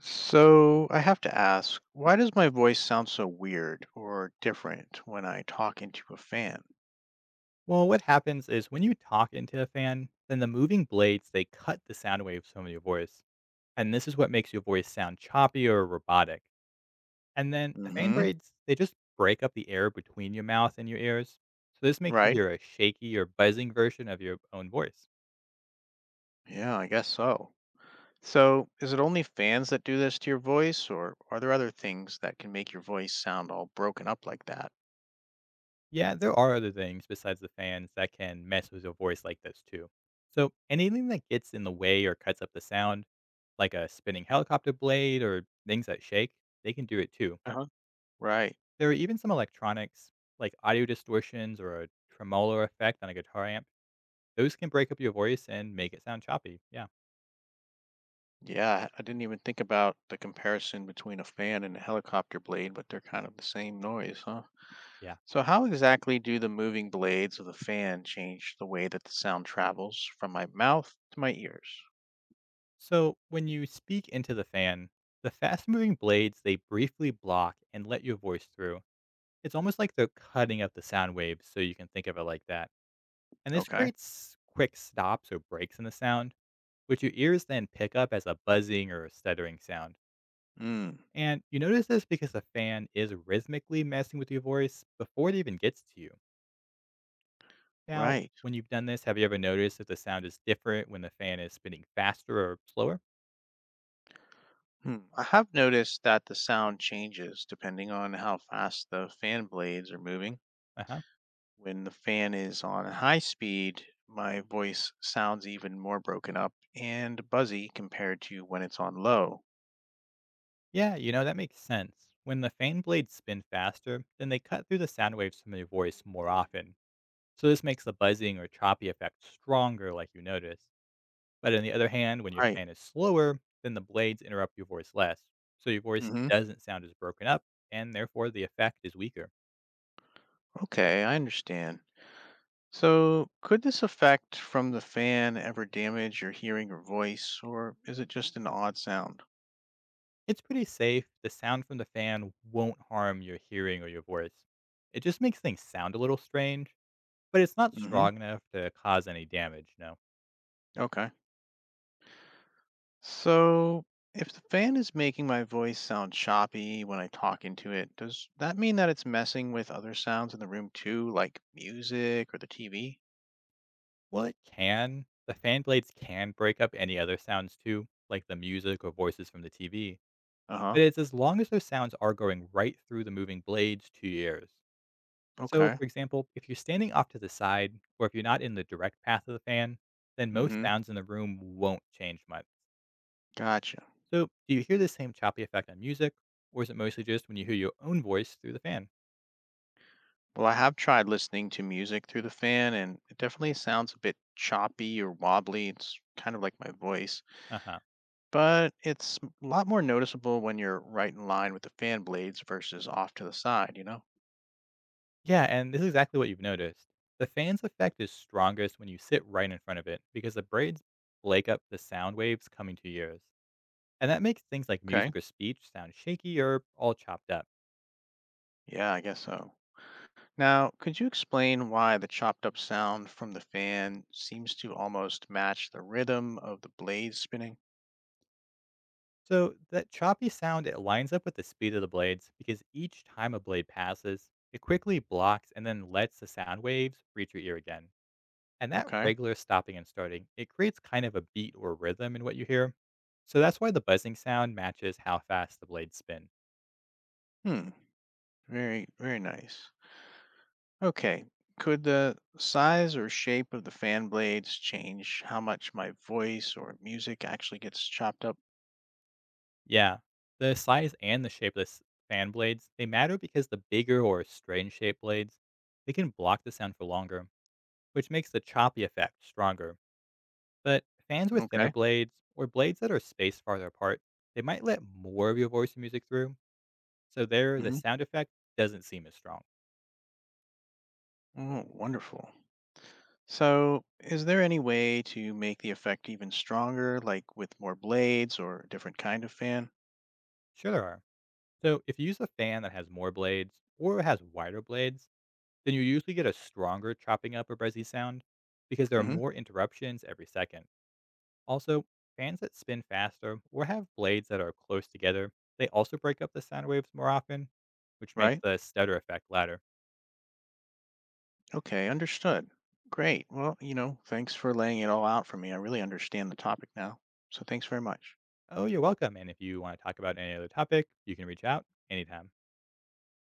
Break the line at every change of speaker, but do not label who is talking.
So I have to ask, why does my voice sound so weird or different when I talk into a fan?
Well, what happens is when you talk into a fan, then the moving blades they cut the sound waves from your voice, and this is what makes your voice sound choppy or robotic. And then the fan
Mm-hmm.
braids they just break up the air between your mouth and your ears, so this makes you
Right?
hear a shaky or buzzing version of your own voice.
Yeah, I guess so. So is it only fans that do this to your voice, or are there other things that can make your voice sound all broken up like that?
Yeah, there are other things besides the fans that can mess with your voice like this too. So anything that gets in the way or cuts up the sound, like a spinning helicopter blade or things that shake, they can do it too.
Uh-huh. Right.
There are even some electronics, like audio distortions or a tremolo effect on a guitar amp. Those can break up your voice and make it sound choppy. Yeah.
Yeah, I didn't even think about the comparison between a fan and a helicopter blade, but they're kind of the same noise, huh?
Yeah.
So, how exactly do the moving blades of the fan change the way that the sound travels from my mouth to my ears?
So when you speak into the fan, the fast moving blades, they briefly block and let your voice through. It's almost like they're cutting up the sound waves, so you can think of it like that. And this
Okay.
creates quick stops or breaks in the sound, which your ears then pick up as a buzzing or a stuttering sound.
Mm.
And you notice this because the fan is rhythmically messing with your voice before it even gets to you. Now,
Right.
when you've done this, have you ever noticed if the sound is different when the fan is spinning faster or slower?
Hmm. I have noticed that the sound changes depending on how fast the fan blades are moving.
Uh huh.
When the fan is on high speed, my voice sounds even more broken up and buzzy compared to when it's on low.
Yeah, that makes sense. When the fan blades spin faster, then they cut through the sound waves from your voice more often. So this makes the buzzing or choppy effect stronger, like you notice. But on the other hand, when your
Right.
fan is slower, then the blades interrupt your voice less. So your voice
Hmm.
doesn't sound as broken up, and therefore the effect is weaker.
Okay, I understand. So, could this effect from the fan ever damage your hearing or voice, or is it just an odd sound?
It's pretty safe. The sound from the fan won't harm your hearing or your voice. It just makes things sound a little strange, but it's not
Hmm.
strong enough to cause any damage, no.
Okay. So, if the fan is making my voice sound choppy when I talk into it, does that mean that it's messing with other sounds in the room too, like music or the TV?
Well, it can. The fan blades can break up any other sounds too, like the music or voices from the TV,
Uh huh.
but it's as long as those sounds are going right through the moving blades to your ears. So,
Okay.
for example, if you're standing off to the side, or if you're not in the direct path of the fan, then
Mm
most
hmm.
sounds in the room won't change much.
Gotcha.
So, do you hear the same choppy effect on music, or is it mostly just when you hear your own voice through the fan?
Well, I have tried listening to music through the fan, and it definitely sounds a bit choppy or wobbly. It's kind of like my voice,
Uh huh.
but it's a lot more noticeable when you're right in line with the fan blades versus off to the side, you know?
Yeah, and this is exactly what you've noticed. The fan's effect is strongest when you sit right in front of it because the braids break up the sound waves coming to your ears. And that makes things like
Okay.
music or speech sound shaky or all chopped up.
Yeah, I guess so. Now, could you explain why the chopped up sound from the fan seems to almost match the rhythm of the blades spinning?
So, that choppy sound, it lines up with the speed of the blades because each time a blade passes, it quickly blocks and then lets the sound waves reach your ear again. And that
Okay.
regular stopping and starting, it creates kind of a beat or rhythm in what you hear. So that's why the buzzing sound matches how fast the blades spin.
Hmm. Very, very nice. Okay. Could the size or shape of the fan blades change how much my voice or music actually gets chopped up?
Yeah, the size and the shape of the fan blades, they matter because the bigger or strange shaped blades, they can block the sound for longer, which makes the choppy effect stronger. But fans with thinner
Okay.
blades or blades that are spaced farther apart, they might let more of your voice and music through, so there the
Hmm.
sound effect doesn't seem as strong.
Oh, wonderful. So, is there any way to make the effect even stronger, like with more blades or a different kind of fan?
Sure there are. So if you use a fan that has more blades or has wider blades, then you usually get a stronger chopping up or buzzy sound because there are
Hmm.
more interruptions every second. Also, fans that spin faster or have blades that are close together, they also break up the sound waves more often, which makes
Right?
the stutter effect louder.
Okay, understood. Great. Well, thanks for laying it all out for me. I really understand the topic now. So, thanks very much.
Oh, you're welcome. And if you want to talk about any other topic, you can reach out anytime.